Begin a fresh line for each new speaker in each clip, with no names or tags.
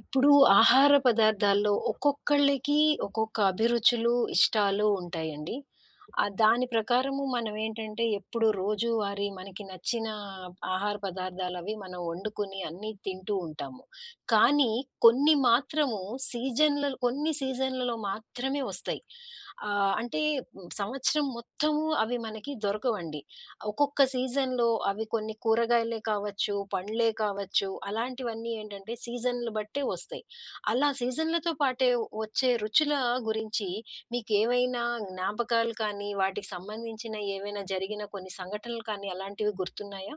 ఇప్పుడు ఆహార పదార్థాల్లో ఒక్కొక్కళ్ళకి ఒక్కొక్క అభిరుచులు, ఇష్టాలు ఉంటాయండి. దాని ప్రకారము మనం ఏంటంటే ఎప్పుడు రోజువారీ మనకి నచ్చిన ఆహార పదార్థాలవి మనం వండుకొని అన్నీ తింటూ ఉంటాము. కానీ కొన్ని మాత్రము సీజన్‌ల కొన్ని సీజన్‌లలో మాత్రమే వస్తాయి. అంటే సంవత్సరం మొత్తము అవి మనకి దొరకవండి. ఒక్కొక్క సీజన్‌లో అవి కొన్ని కూరగాయలే కావచ్చు, పండ్లే కావచ్చు, అలాంటివన్నీ ఏంటంటే సీజన్‌లు బట్టే వస్తాయి. అలా సీజన్‌లతో పాటే వచ్చే రుచుల గురించి మీకేవైనా జ్ఞాపకాలు కానీ, వాటికి సంబంధించిన ఏవైనా జరిగిన కొన్ని సంఘటనలు కానీ అలాంటివి గుర్తున్నాయా?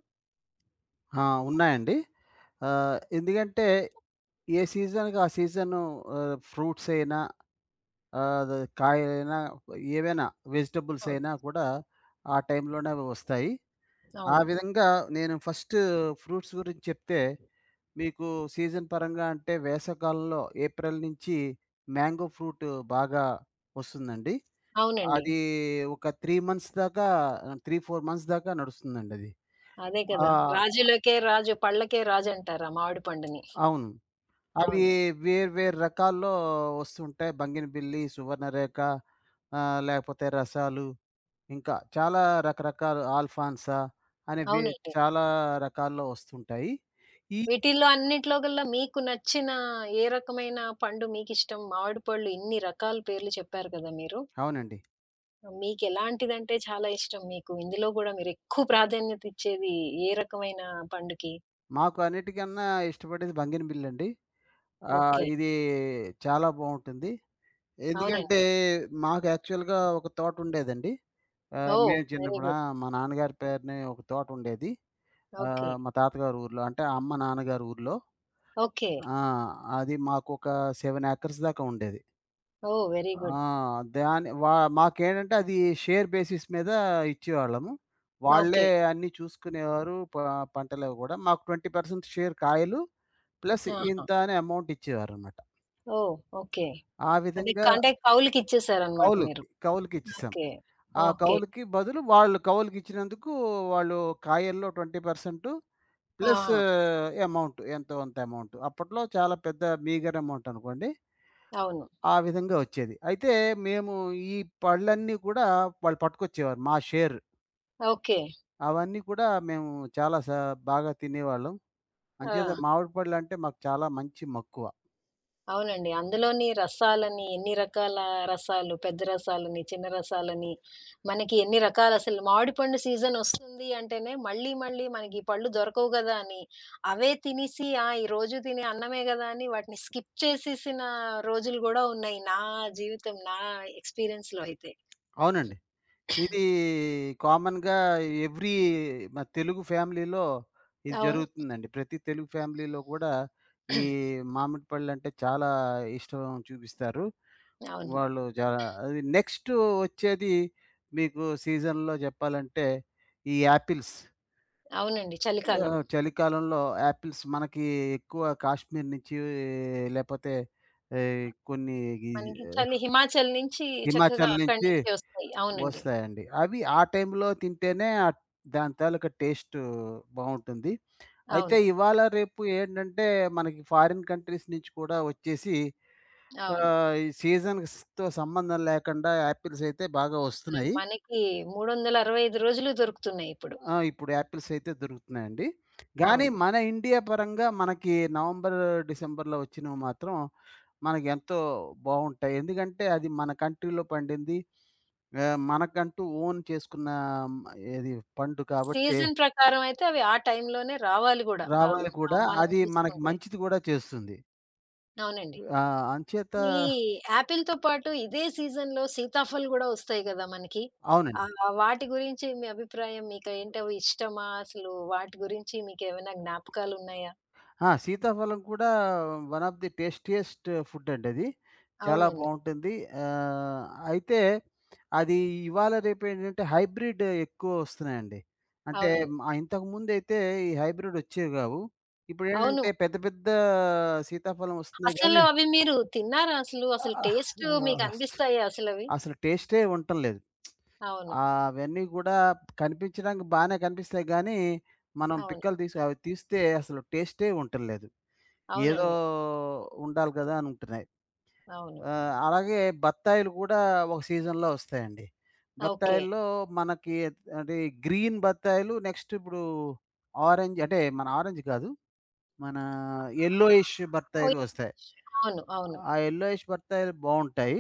ఆ! ఉన్నాయండి. ఎందుకంటే ఏ సీజన్‌కి ఆ సీజను ఫ్రూట్స్ అయినా ఆహ్, ద కాయలైనా ఏవైనా వెజిటబుల్స్ అయినా
అవును.
కూడా ఆ టైంలోనే అవి వస్తాయి. ఆ
అవును.
విధంగా నేను ఫస్ట్ ఫ్రూట్స్ గురించి చెప్తే మీకు సీజన్ పరంగా అంటే వేసవికాలంలో ఏప్రిల్ నుంచి మ్యాంగో ఫ్రూట్ బాగా వస్తుందండి.
అవునండి.
అది ఒక 3 మంత్స్ దాకా 3, 4 మంత్స్ దాకా నడుస్తుందండి అది.
అదే
ఆ!
కదా! రాజులకే రాజు, పళ్ళకే రాజంటారు ఆ మామిడి పండుని.
అవును. అవి
అవును.
వేరు వేరు రకాల్లో వస్తుంటాయి. బంగినబిల్లి, సువర్ణరేఖ, లేకపోతే రసాలు, ఇంకా చాలా రకరకాల ఆల్ఫాన్సా అనే వే
అవునండి.
చాలా రకాల్లో వస్తుంటాయి. ఈ
వీటిల్లో అన్నిట్లో గల్లా మీకు నచ్చిన ఏ రకమైన పండు మీకిష్టం? మామిడి పళ్ళు ఇన్ని రకాల పేర్లు చెప్పారు కదా మీరు.
అవునండి.
మీకెలాంటిదంటే చాలా ఇష్టం మీకు? ఇందులో గూడా మీరెక్కువ ప్రాధాన్యత ఇచ్చేది ఏ రకమైన పండుకి?
మాకు అన్నిటికన్నా ఇష్టపడేది బంగినబిల్లండి.
ఓకే.
ఇది చాలా బావుంటుంది. ఎందుకంటే
అవునండి.
మాకు యాక్చువల్‌గా ఒక తోటుండేదండి.
ఓహ్!
మేము
వెరీ
చిన్నప్పుడు
గుడ్.
మా నాన్నగారి పేరునే ఒక తోటుండేది.
ఓకే.
మా తాతగారి ఊర్లో అంటే అమ్మ నాన్నగారి ఊర్లో.
ఓకే.
ఆ! అది మాకొక 7 ఏకర్స్ దాకా ఉండేది.
ఓహ్! Very
ah!
గుడ్.
దాని వా మాకేంటంటే అది షేర్ బేసిస్ మీద ఇచ్చేవాళ్ళము. వాళ్ళే
ఓకే.
అన్నీ చూసుకునేవారు. పంటలవి గూడా. మాకు 20% షేర్ కాయలు ప్లస్
ఆహా!
ఇంత అని అమౌంట్ ఇచ్చేవారనమాట.
ఓహ్! ఓకే.
ఆ
అదే క
విధంగా
అంటే కౌలుకిచ్చేసారనమాట మీరు.
కౌలుకిచ్చేసాం.
ఓకే.
ఆ
ఓకే.
కౌలుకి బదులు వాళ్ళు కౌలుకిచ్చినందుకు వాళ్ళు కాయల్లో 20% ప్లస్
ఆహా!
అమౌంట్ ఎంతో కొంత అమౌంట్. అప్పట్లో చాలా పెద్ద మీగర్ అమౌంట్ అనుకోండి.
అవును.
ఆ విధంగా వచ్చేది. అయితే మేము ఈ పళ్ళన్నీ కూడా వాళ్ళు పట్టుకొచ్చేవారు మా షేర్.
ఓకే.
అవన్నీ కూడా మేము చాలా సా బాగా తినేవాళ్ళం. అంచేత
ఆ!
మామిడి పళ్ళంటే మాకు చాలా మంచి మక్కువ.
అవునండి. అందులోని రసాలని, ఎన్ని రకాల రసాలు, పెద్ద రసాలని, చిన్న రసాలని, మనకి ఎన్ని రకాలసలు మామిడిపండు సీజనొస్తుంది అంటేనే మళ్ళీ, మళ్ళీ మనకి ఈ పళ్ళు దొరకవు గదా! అని అవే తినేసి, ఆ! ఈ రోజు తినే అన్నమే గదా! అని వాటిని స్కిప్ చేసేసిన రోజులు గూడా ఉన్నాయి. నా జీవితం, నా ఎక్స్‌పీరియన్స్‌లో అయితే.
అవునండి. ఇది కామన్‌గా ఎవ్రీ మన తెలుగు ఫ్యామిలీలో ఇది
అవును.
జరుగుతుందండి. ప్రతి తెలుగు ఫ్యామిలీలో కూడా ఈ మామిడి పళ్ళంటే చాలా ఇష్టం చూపిస్తారు.
అవును.
వాళ్ళు చాలా అది నెక్స్ట్ వచ్చేది మీకు సీజన్‌లో చెప్పాలంటే ఈ యాపిల్స్.
అవునండి.
ఆ!
చలికాలం.
చలికాలంలో యాపిల్స్ మనకి ఎక్కువ కాశ్మీర్ నుంచి లేపోతే కొన్ని ఈ
మనకి
ఏ,
చలి హిమాచల్ నుంచి చక్కగా
హిమాచల్
అక్కడి
నుంచి
నుంచి ఒస్తాయి. అవునండి.
వస్తాయండి. అవి ఆ టైంలో తింటేనే దాని తాలూకా టేస్ట్ బావుంటుంది. అయితే
అవును.
ఇవాళ, రేపు ఏంటంటే మనకి ఫారిన్ కంట్రీస్ నుంచి కూడా వచ్చేసి
అవును.
ఈ సీజన్స్‌తో సంబంధం లేకుండా యాపిల్స్ అయితే బాగా వస్తున్నాయి.
మనకి 365 రోజులు దొరుకుతున్నాయి ఇప్పుడు.
ఆ! ఇప్పుడు యాపిల్స్ అయితే దొరుకుతున్నాయండి. గానీ
అవును.
మన ఇండియా పరంగా మనకి నవంబర్, డిసెంబర్‌లో వచ్చినవి మాత్రం మనకి ఎంతో బావుంటాయి. ఎందుకంటే అది మన కంట్రీలో పండింది. మనకంటూ ఓన్ చేసుకున్న, మ్, ఇది పండు కాబట్టి
సీజన్ ప్రకారం అయితే అవి ఆ టైంలోనే రావాలి గూడా.
రావాలి కూడా.
ఆ! మనం
అది మనకి
చూసుకుంటే.
మంచిది గూడా చేస్తుంది.
అవునండి.
అంచేత
ఈ యాపిల్‌తో పాటు ఇదే సీజన్‌లో సీతాఫల్ గూడా ఒస్తాయి గదా! మనకి.
అవునండి.
ఆహ్, వాటి గురించి మీ అభిప్రాయం మీకేంటి అవి ఇష్టమా? అసలు వాటి గురించి మీకేమైనా జ్ఞాపకాలున్నాయా?
ఆ! సీతాఫలం కూడా one of the tastiest food అండి అది. చాలా
అవునండి.
బావుంటుంది. ఆహ్, అయితే అది ఇవాళ రేపేంటంటే హైబ్రిడ్ ఎక్కువ వస్తున్నాయండి. అంటే
అవునండి.
ఇంతకుముందైతే ఈ హైబ్రిడ్ వచ్చేవి గావు.
అవును.
ఇప్పుడేంటంటే పెద్ద పెద్ద సీతాఫలం వస్తున్నాయి
అసలు
గానీ
అవి మీరు తిన్నారా అసలు? అసలు
ఆహ్,
టేస్ట్
అస్
మీకనిపిస్తాయా అసలవి?
అసలు టేస్టే ఉండటం లేదు.
అవును.
అవన్నీ గూడా కనిపించడానికి బానే కనిపిస్తాయి గానీ, మనం
అవును.
పిక్కలు తీసి అవి తీస్తే అసలు టేస్టే ఉండటం లేదు. ఏదో
అవునండి.
ఉండాలి కదా అనుకుంటున్నాయి.
అవును.
అలాగే బత్తాయిలు కూడా ఒక సీజన్‌లో వస్తాయండి.
ఓకే.
బత్తాయిల్లో మనకి అంటే గ్రీన్ బత్తాయిలు నెక్స్ట్ ఇప్పుడు ఆరెంజ్ అంటే మన ఆరెంజ్ కాదు. మన యెల్లోయిష్ బత్తాయిలు
ఓహ్!
వస్తాయి.
అవును. అవును.
ఆ యెల్లోయిష్ బత్తాయిలు బావుంటాయి.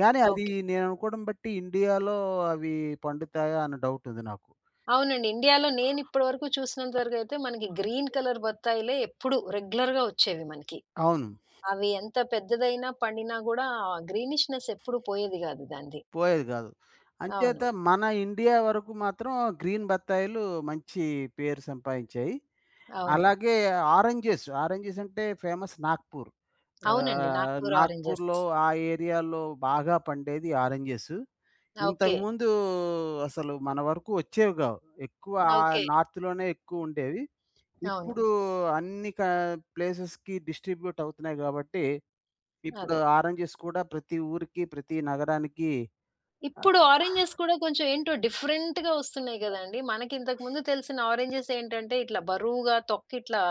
గానీ అది
ఓకే.
నేను అనుకోవడం బట్టి ఇండియాలో అవి పండుతాయా అన్న డౌట్ ఉంది నాకు.
అవునండి. ఇండియాలో నేను ఇప్పటి వరకు చూసినంత వరకైతే మనకి గ్రీన్ కలర్ బత్తాయిలే ఎప్పుడు రెగ్యులర్‌గా వచ్చేవి మనకి.
అవును.
అవి ఎంత పెద్దదైనా, పండినా గూడా ఆ గ్రీనిష్‌నెస్ ఎప్పుడు పోయేది గాదు దానిది.
పోయేది కాదు. అంచేత
అవును.
మన ఇండియా వరకు మాత్రం గ్రీన్ బత్తాయిలు మంచి పేరు సంపాదించాయి.
అవును.
అలాగే ఆరెంజెస్. ఆరెంజెస్ అంటే ఫేమస్ నాగ్‌పూర్.
అవునండి. నాగ్పూర్ ఆరెంజెస్.
నాగ్‌పూర్‌లో ఆ ఏరియాలో బాగా పండేది ఆరెంజెస్.
ఓకే.
ఇంతకుముందు అసలు మన వరకు వచ్చేవి గావు. ఎక్కువ ఆ
ఓకే.
నార్త్‌లోనే ఎక్కువుండేవి.
అవును.
ఇప్పుడు అన్ని ప్లేసెస్‌కి డిస్ట్రిబ్యూట్ అవుతున్నాయి గాబట్టి, ఇప్పుడు
అదే.
ఆరెంజెస్ కూడా ప్రతి ఊరికి, ప్రతి నగరానికి ఆహ్,
ఇప్పుడు ఆరెంజెస్ కూడా కొంచెం ఏంటో డిఫరెంట్‌గా ఒస్తున్నాయి గదండీ! మనకి ఇంతకుముందు తెలిసిన ఆరెంజెస్ ఏంటంటే ఇట్లా బరువుగా తొక్కి ఇట్లా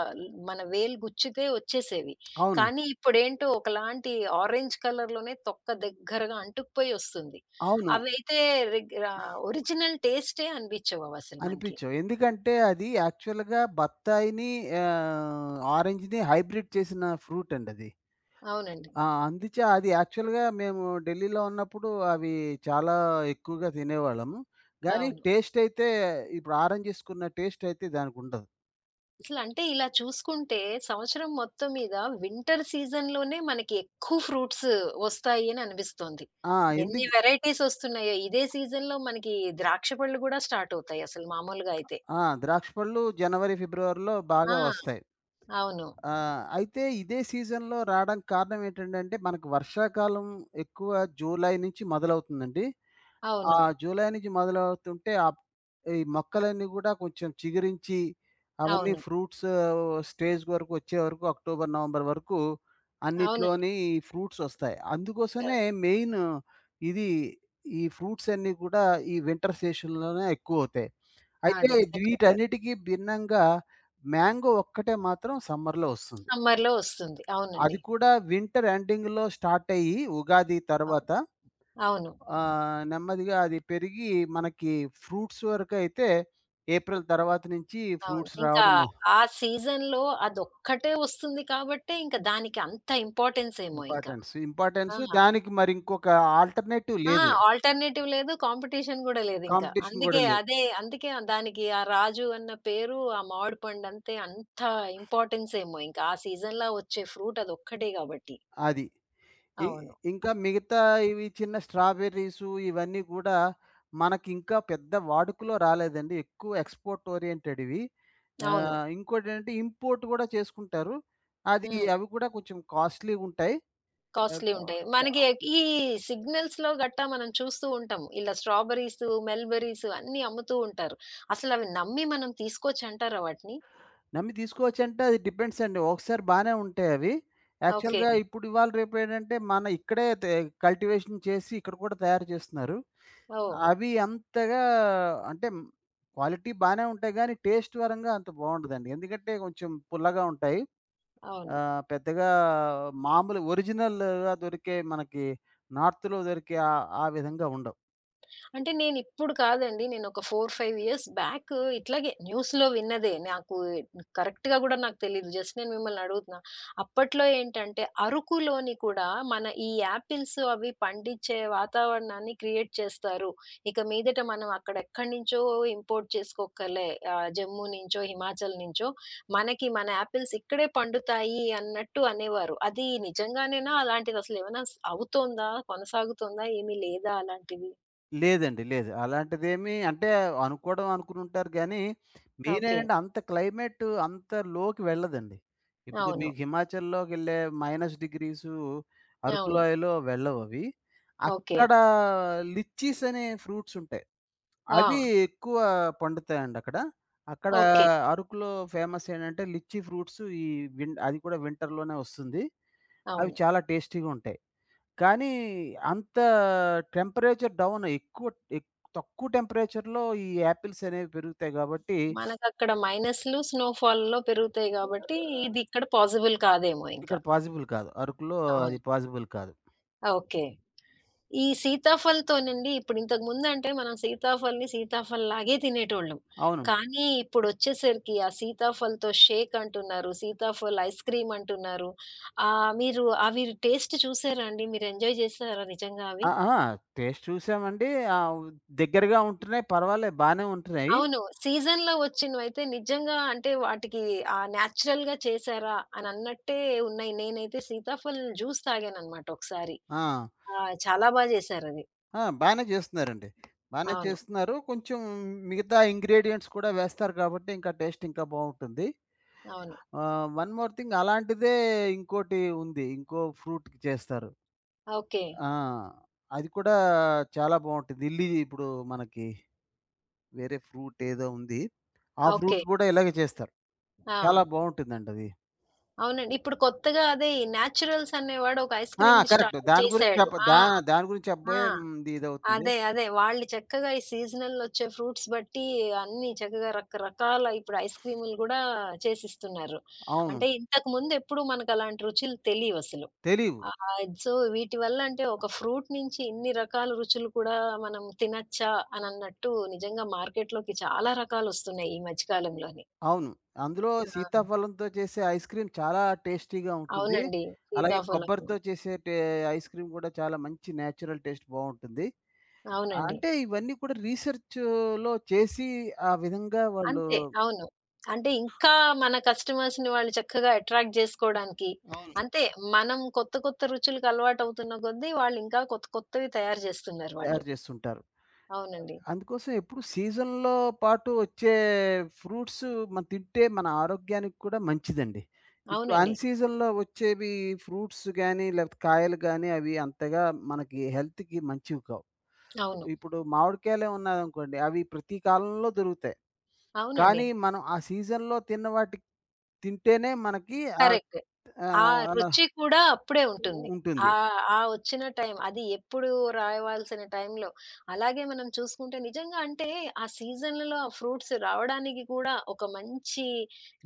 మన వేలు గుచ్చితే వచ్చేసేవి.
అవును.
కానీ ఇప్పుడేంటో ఒకలాంటి ఆరెంజ్ కలర్‌లోనే తొక్క దగ్గరగా అంటుకుపోయి ఒస్తుంది.
అవును.
అవైతే ఒరిజినల్ టేస్టే అనిపించవు అవసలు మనకి.
అనిపించవు. ఎందుకంటే అది యాక్చువల్‌గా బత్తాయిని ఆరెంజ్‌ని హైబ్రిడ్ చేసిన ఫ్రూట్ అండది.
అవునండి.
ఆ! అందుచే అది యాక్చువల్‌గా మేము ఢిల్లీలో ఉన్నప్పుడు అవి చాలా ఎక్కువగా తినేవాళ్ళము. గానీ
అవును.
టేస్ట్ అయితే ఇప్పుడు ఆరెంజెస్‌కున్న టేస్ట్ అయితే దానికుండదు.
అసలంటే ఇలా చూసుకుంటే సంవత్సరం మొత్తం మీద వింటర్ సీజన్‌లోనే మనకి ఎక్కువ ఫ్రూట్స్ వస్తాయి అని అనిపిస్తోంది.
ఆ!
ఎన్ని
ఎందుకు
వెరైటీస్ వస్తున్నాయో ఇదే సీజన్‌లో మనకి ద్రాక్ష పళ్ళు గూడా స్టార్ట్ అవుతాయి అసలు మామూలుగా అయితే.
ఆ! ద్రాక్ష పళ్ళు జనవరి, ఫిబ్రవరిలో
ఆ!
బాగా వస్తాయి.
అవును.
అయితే ఇదే సీజన్‌లో రాడానికి కారణం ఏంటండంటే మనకు వర్షాకాలం ఎక్కువ జూలై నుంచి మొదలవుతుందండి. ఆ!
అవును.
జూలై నుంచి మొదలవుతుంటే ఈ మొక్కలన్నీ గూడా కొంచెం చిగురించి అవన్నీ
అవును.
ఫ్రూట్స్ స్టేజ్ వరకు వచ్చే వరకు అక్టోబర్, నవంబర్ వరకు
అవునండి.
అన్నిట్లోని ఈ ఫ్రూట్స్ ఒస్తాయి.
ఆహ్,
అందుకోసమే మెయిన్ ఇది ఈ ఫ్రూట్స్ అన్నీ కూడా ఈ వింటర్ సెషన్‌లోనే ఎక్కువవుతాయి. అయితే
అదే కరెక్ట్ చెప్పారు.
వీటన్నిటికి భిన్నంగా మ్యాంగో ఒక్కటే మాత్రం సమ్మర్‌లో ఒస్తుంది.
సమ్మర్‌లో వస్తుంది.
అది
అవునండి.
కూడా వింటర్ ఎండింగ్‌లో స్టార్ట్ అయ్యి ఉగాది
అవును.
తర్వాత
అవును.
నెమ్మదిగా అది పెరిగి మనకి ఫ్రూట్స్ వరకైతే ఏప్రిల్ తర్వాత నుంచి
అవును.
ఫ్రూట్స్
ఇంకా
రావడం
ఆ సీజన్‌లో అదొక్కటే వస్తుంది కాబట్టే ఇంక దానికి అంత ఇంపార్టెన్స్ ఏమో ఇంకా.
ఇంపార్టెన్స్.
ఆ!
ఇంపార్టెన్స్ దానికి మరి ఇంకొక ఆల్టర్‌నేటివ్
ఆ!
లేదు.
ఆల్టర్‌నేటివ్ లేదు. కాంపిటీషన్ గూడా లేదింక.
కాంపిటీషన్ గూడా లేదు.
అందుకే ఆ దానికి ఆ రాజు అన్న పేరు, ఆ మామిడి పండంతే అంత ఇంపార్టెన్స్ ఏమో ఇంక. ఆ సీజన్‌లో వచ్చే ఫ్రూట్ అదొక్కటే గాబట్టి.
అది. ఇ
అవును.
ఇంకా మిగతా ఇవి చిన్న స్ట్రాబెర్రీసు ఇవన్నీ గూడా మనకింకా పెద్ద వాడుకలో రాలేదండి. ఎక్కువ ఎక్స్‌పోర్ట్ ఓరియెంటెడ్ ఇవి.
అవును.
ఇంకోటేంటంటే ఇంపోర్ట్ గూడా చేసుకుంటారు.
హ్మ్.
అవి కూడా కొంచెం కాస్ట్‌లీగుంటాయి.
కాస్ట్‌లీ ఉంటాయి. మనకి ఈ సిగ్నల్స్‌లో గట్టా మనం చూస్తూ ఉంటాము. ఇలా స్ట్రాబెర్రీస్, మెల్‌బెర్రీస్ అన్నీ అమ్ముతూ ఉంటారు. అసలవి నమ్మి మనం తీసుకోవచ్చంటారా వాటిని?
నమ్మి తీసుకోవచ్చంటే అది డిపెండ్స్ అండి. ఒకసారి బానే ఉంటాయి అవి.
ఓకే.
యాక్చువల్‌గా ఇప్పుడు ఇవాళ రేపు ఏంటంటే మన ఇక్కడే కల్టివేషన్ చేసి ఇక్కడ కూడా తయారు చేస్తున్నారు.
ఓహ్!
అవి అంతగా అంటే క్వాలిటీ బానే ఉంటాయి గానీ టేస్ట్ పరంగా అంత బావుండదండి. ఎందుకంటే కొంచెం పుల్లగా ఉంటాయి.
అవును.
పెద్దగా మామూలు ఒరిజినల్‌గా దొరికే మనకి నార్త్‌లో దొరికే ఆ ఆ విధంగా ఉండవు.
అంటే నేనిప్పుడు కాదండి. నేనొక 4, 5 ఇయర్స్ బ్యాక్ ఇట్లాగే న్యూస్‌లో విన్నదే. నాకు కరెక్ట్‌గా గూడా నాకు తెలీదు. జస్ట్ నేను మిమ్మల్ని అడుగుతున్నా. అప్పట్లో ఏంటంటే, అరకులోని కూడా మన ఈ యాపిల్స్ అవి పండించే వాతావరణాన్ని క్రియేట్ చేస్తారు. ఇక మీదట మనం అక్కడ ఎక్కడి నుంచో ఇంపోర్ట్ చేసుకోక్కర్లే. జమ్మూ నుంచో, హిమాచల్ నుంచో మనకి మన యాపిల్స్ ఇక్కడే పండుతాయి అన్నట్టు అనేవారు. అది నిజంగానేనా? అలాంటిదసలేమైనా అవుతోందా? కొనసాగుతోందా? ఏమీ లేదా అలాంటివి?
లేదండి. లేదు. అలాంటిదేమీ అంటే అనుకోవడం అనుకునుంటారు గానీ,
ఓకే.
మెయినేంటంటే అంత క్లైమేట్ అంత లోకి వెళ్ళదండి. ఇప్పుడు
అవును.
మీకు హిమాచల్‌లోకెళ్ళే -డిగ్రీసు అరకు
అవును.
లోయలో వెళ్ళవవి.
ఓకే.
అక్కడ లిచ్చీస్ అనే ఫ్రూట్స్ ఉంటాయి.
ఆ!
అవి ఎక్కువ పండుతాయండి అక్కడ. అక్కడ
ఓకే.
అరకులో ఫేమస్ ఏంటంటే లిచ్చీ ఫ్రూట్స్ ఈ విన్ అది కూడా వింటర్‌లోనే వస్తుంది. అవి
అవును.
చాలా టేస్టీ‌గా ఉంటాయి. కానీ అంత టెంపరేచర్ డౌన్ ఎక్కువ ఎక్ తక్కువ టెంపరేచర్‌లో ఈ యాపిల్స్ అనేవి పెరుగుతాయి కాబట్టి,
మనకక్కడ మైనస్‌లు స్నోఫాల్‌లో పెరుగుతాయి గాబట్టి, ఇది ఇక్కడ పాజిబుల్ కాదేమో
ఇక్కడ
ఇంకా.
పాజిబుల్ కాదు. అరకులో అది
అవును.
పాజిబుల్ కాదు.
ఓకే. ఈ సీతాఫల్‌తోనండి ఇప్పుడు ఇంతకుముందంటే మనం సీతాఫల్‌ని సీతాఫల్‌లాగే తినేటోళ్ళం.
అవును.
కానీ ఇప్పుడొచ్చేసరికి ఆ సీతాఫల్‌తో షేక్ అంటున్నారు. సీతాఫల్ ఐస్ క్రీమ్ అంటున్నారు. మీరు అవి టేస్ట్ చూసారా అండి? మీరు ఎంజాయ్ చేసారా నిజంగా అవి?
ఆ! ఆ! టేస్ట్ చూసామండి. ఆహ్, దగ్గరగా ఉంటున్నాయి. పర్వాలేదు బానే ఉంటున్నాయి.
అవును. సీజన్‌లో వచ్చినవైతే నిజంగా అంటే వాటికి నేచురల్‌గా చేశారా అని అన్నట్టే ఉన్నాయి. నేనైతే సీతాఫలం జ్యూస్ తాగాననమాట ఒకసారి.
ఆ!
ఆ! చాలా బా చేశారది.
ఆ! బానే చేస్తున్నారండి. బానే
అవును.
చేస్తున్నారు. కొంచెం మిగతా ఇంగ్రీడియెంట్స్ కూడా వేస్తారు కాబట్టి ఇంకా టేస్ట్ ఇంకా బావుంటుంది.
అవును.
వన్ మోర్ థింగ్ అలాంటిదే ఇంకోటి ఉంది. ఇంకో ఫ్రూట్‌కి చేస్తారు.
ఓకే.
ఆ! అది కూడా చాలా బావుంటుంది. ఇప్పుడు మనకి వేరే ఫ్రూట్ ఏదో ఉంది. ఆ
ఓకే.
ఫ్రూట్ కూడా ఇలాగే చేస్తారు. చాలా
ఆ!
బావుంటుందండి అది.
అవునండి. ఇప్పుడు కొత్తగా అదే ఈ నేచురల్స్ అనేవాడు ఒక ఐస్
ఆ!
క్రీమ్‌ది
కరెక్ట్.
స్టార్ట్ చేసాడు. ఆ!
దాని గురించి
ఆ!
చెప్పబోయే ఇదవుతుంది.
అదే. అదే. వాళ్ళు చక్కగా ఈ సీజనలొచ్చే ఫ్రూట్స్ బట్టి అన్నీ చక్కగా రకరకాల ఇప్పుడు ఐస్ క్రీములు గూడా చేసిస్తున్నారు.
అవును.
అంటే ఇంతకుముందెప్పుడు మనకలాంటి రుచులు తెలీవసలు.
తెలీవు.
సో, వీటి వల్ల అంటే ఒక ఫ్రూట్ నుంచి ఇన్ని రకాల రుచులు కూడా మనం తినచ్చా అనన్నట్టు నిజంగా మార్కెట్‌లోకి చాలా రకాలొస్తున్నాయి ఈ మధ్య కాలంలోని.
అవును. అందులో
ఆ!
సీతాఫలంతో చేసే ఐస్ క్రీమ్ చాలా టేస్టీగా ఉంటుంది.
అవునండి.
అలాగే
సీతాఫలం.
కొబ్బరితో చేసే ఐస్ క్రీమ్ కూడా చాలా మంచి నేచురల్ టేస్ట్ బావుంటుంది.
అవునండి.
అంటే ఇవన్నీ కూడా రీసెర్చ్‌లో చేసి ఆ విధంగా వాళ్ళు
అంతే. అవును. అంటే ఇంకా మన కస్టమర్స్‌ని వాళ్ళు చక్కగా అట్రాక్ట్ జేసుకోవడానికి
అవును.
అంతే. మనం కొత్త కొత్త రుచులకు అలవాటవుతున్న కొద్దీ వాళ్ళు ఇంకా కొత్త కొత్తవి తయారు జేస్తున్నారు
తయారు
వాళ్ళు.
చేస్తుంటారు.
అవునండి.
అందుకోసం ఎప్పుడు సీజన్‌లో పాటు వచ్చే ఫ్రూట్స్ మనం తింటే మన ఆరోగ్యానికి కూడా మంచిదండి. ఇప్పుడు అన్
అవునండి.
సీజన్‌లో వచ్చేవి ఫ్రూట్స్ గానీ, లేకపోతే కాయలు గానీ అవి అంతగా మనకి హెల్త్‌కి మంచివి కావు.
అవును.
ఇప్పుడు మామిడికాయలే ఉన్నాయనుకోండి, అవి ప్రతి కాలంలో దొరుకుతాయి.
అవునండి.
కానీ మనం ఆ సీజన్‌లో తిన్న వాటికి తింటేనే మనకి ఆహ్,
కరెక్ట్. ఆ
ఆహ్,
రుచి కూడా అప్పుడే ఉంటుంది.
ఉంటుంది.
ఆ వచ్చిన టైం అది ఎప్పుడు రావాల్సిన టైంలో. అలాగే మనం చూసుకుంటే నిజంగా అంటే ఆ సీజన్‌లలో ఆ ఫ్రూట్స్ రావడానికి కూడా ఒక మంచి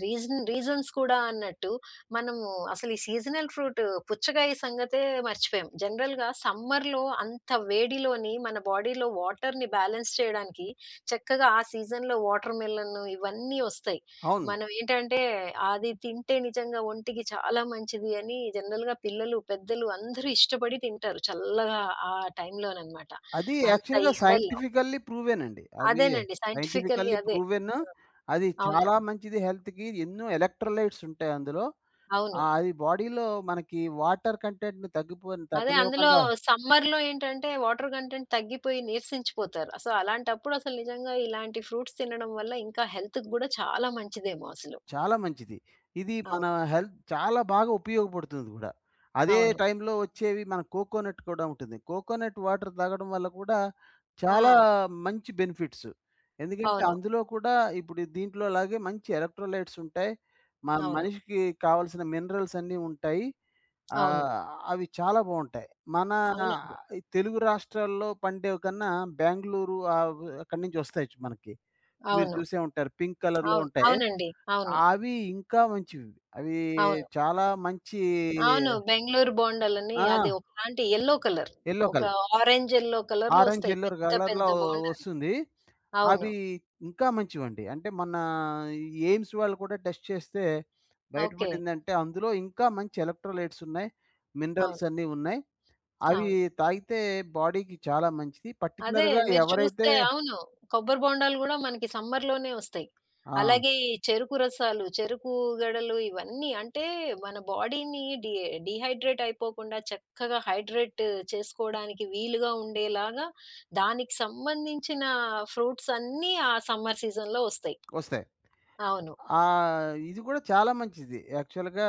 రీజన్స్ కూడా అన్నట్టు మనము అసలు ఈ సీజనల్ ఫ్రూట్ పుచ్చకాయ సంగతే మర్చిపోయాం. జనరల్‌గా సమ్మర్‌లో అంత వేడిలోని మన బాడీలో వాటర్‌ని బ్యాలెన్స్ చేయడానికి చక్కగా ఆ సీజన్‌లో వాటర్ మిలన్ ఇవన్నీ వస్తాయి.
అవును.
మనం ఏంటంటే అది తింటే నిజంగా ఒంటికి చాలా మంచిది అని జనరల్‌గా పిల్లలు, పెద్దలు అందరూ ఇష్టపడి తింటారు. చల్లగా ఆ టైంలోననమాట.
అది
అంత
యాక్చువల్‌గా
ఎండల్లో.
సైంటిఫికల్లీ ప్రూవెన్ అండి. అది
అదేనండి. సైంటిఫికల్లీ
సైంటిఫికల్లీ
అదే.
ప్రూవెన్. అది చాలా
అవును.
మంచిది హెల్త్‌కి. ఎన్నో ఎలక్ట్రోలైట్స్ ఉంటాయి అందులో.
అవును.
ఆ! అది బాడీలో మనకి వాటర్ కంటెంట్‌ని
అదే అందులో
తగ్గనివ్వకుండా
సమ్మర్‌లో ఏంటంటే వాటర్ కంటెంట్ తగ్గిపోయి నీరసించిపోతారు. సో, అలాంటప్పుడు అసలు నిజంగా ఇలాంటి ఫ్రూట్స్ తినడం వల్ల ఇంకా హెల్త్‌కి గూడా చాలా మంచిదేమో అసలు.
చాలా మంచిది. ఇది మన
అవును.
హెల్త్ చాలా బాగా ఉపయోగపడుతుంది గూడా. అదే
అవును.
టైంలో వచ్చేవి మన కోకోనట్ కూడా ఉంటుంది. కోకోనట్ వాటర్ తాగడం వల్ల కూడా చాలా
ఆ!
మంచి బెనిఫిట్స్. ఎందుకంటే
అవును.
అందులో కూడా ఇప్పుడు దీంట్లో అలాగే మంచి ఎలక్ట్రోలైట్స్ ఉంటాయి. మా
అవును.
మనిషికి కావాల్సిన మినరల్స్ అన్నీ ఉంటాయి.
అవును.
ఆహ్, అవి చాలా బావుంటాయి. మన
అవునండి.
ఈ తెలుగు రాష్ట్రాల్లో పండేవి కన్నా బెంగుళూరు అక్కడి నుంచి వస్తాయి మనకి. మీరు
అవును.
చూసే ఉంటారు. పింక్ కలర్‌లో
అవును.
ఉంటాయి.
అవునండి. అవును.
అవి ఇంకా మంచివి. అవి
అవును.
చాలా మంచి
అవును. బెంగుళూరు బోండాలని
ఆ!
అది ఒకలాంటి యెల్లో కలర్.
యెల్లో
ఒక
కలర్.
ఆరెంజ్, యెల్లో కలర్‌లో
ఆరెంజ్,
ఒస్తాయి.
యెల్లో
పెద్ద
కలర్‌లో
పెద్ద బోండాలు.
వస్తుంది.
అవును.
అవి ఇంకా మంచివండి. అంటే మన ఎయిమ్స్ వాళ్ళు కూడా టెస్ట్ చేస్తే
ఓకే.
బయటపడిందంటే అందులో ఇంకా మంచి ఎలక్ట్రోలైట్స్ ఉన్నాయి.
అవును.
మినరల్స్ అన్నీ ఉన్నాయి. అవి
అవును.
తాగితే బాడీకి చాలా మంచిది.
అదే
పర్టిక్యులర్‌గా
మీరు చూస్తే అవును. కొబ్బరి బోండాలు గూడా మనకి సమ్మర్‌లోనే ఒస్తాయి.
ఆ!
అలాగే ఈ చెరుకు రసాలు, చెరుకు గడలు ఇవన్నీ అంటే మన బాడీని డీహైడ్రేట్ అయిపోకుండా చక్కగా హైడ్రేట్ చేసుకోవడానికి వీలుగా ఉండేలాగా దానికి సంబంధించిన ఫ్రూట్స్ అన్నీ ఆ సమ్మర్ సీజన్‌లో ఒస్తాయి.
వస్తాయి.
అవును.
ఆ! ఇది కూడా చాలా మంచిది. యాక్చువల్‌గా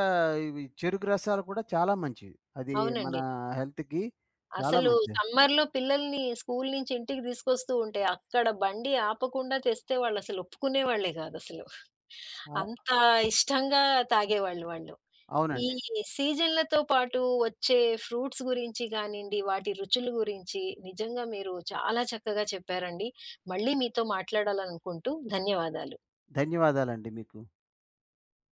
ఇవి చెరుకు రసాలు కూడా చాలా మంచివి. అది మన
అవునండి.
హెల్త్‌కి చాలా
అసలు
మంచిది.
సమ్మర్‌లో పిల్లల్ని స్కూలు నుంచి ఇంటికి తీసుకొస్తూ ఉంటే, అక్కడ బండి ఆపకుండా తెస్తే వాళ్ళసలు ఒప్పుకునేవాళ్ళే గాదసలు.
అ
అంత ఇష్టంగా తాగేవాళ్ళు వాళ్ళు. ఈ
అవునండి.
సీజన్‌లతో పాటు వచ్చే ఫ్రూట్స్ గురించి గానిండి, వాటి రుచుల గురించి నిజంగా మీరు చాలా చక్కగా చెప్పారండి. మళ్ళీ మీతో మాట్లాడాలనుకుంటూ ధన్యవాదాలు.
ధన్యవాదాలండి మీకు.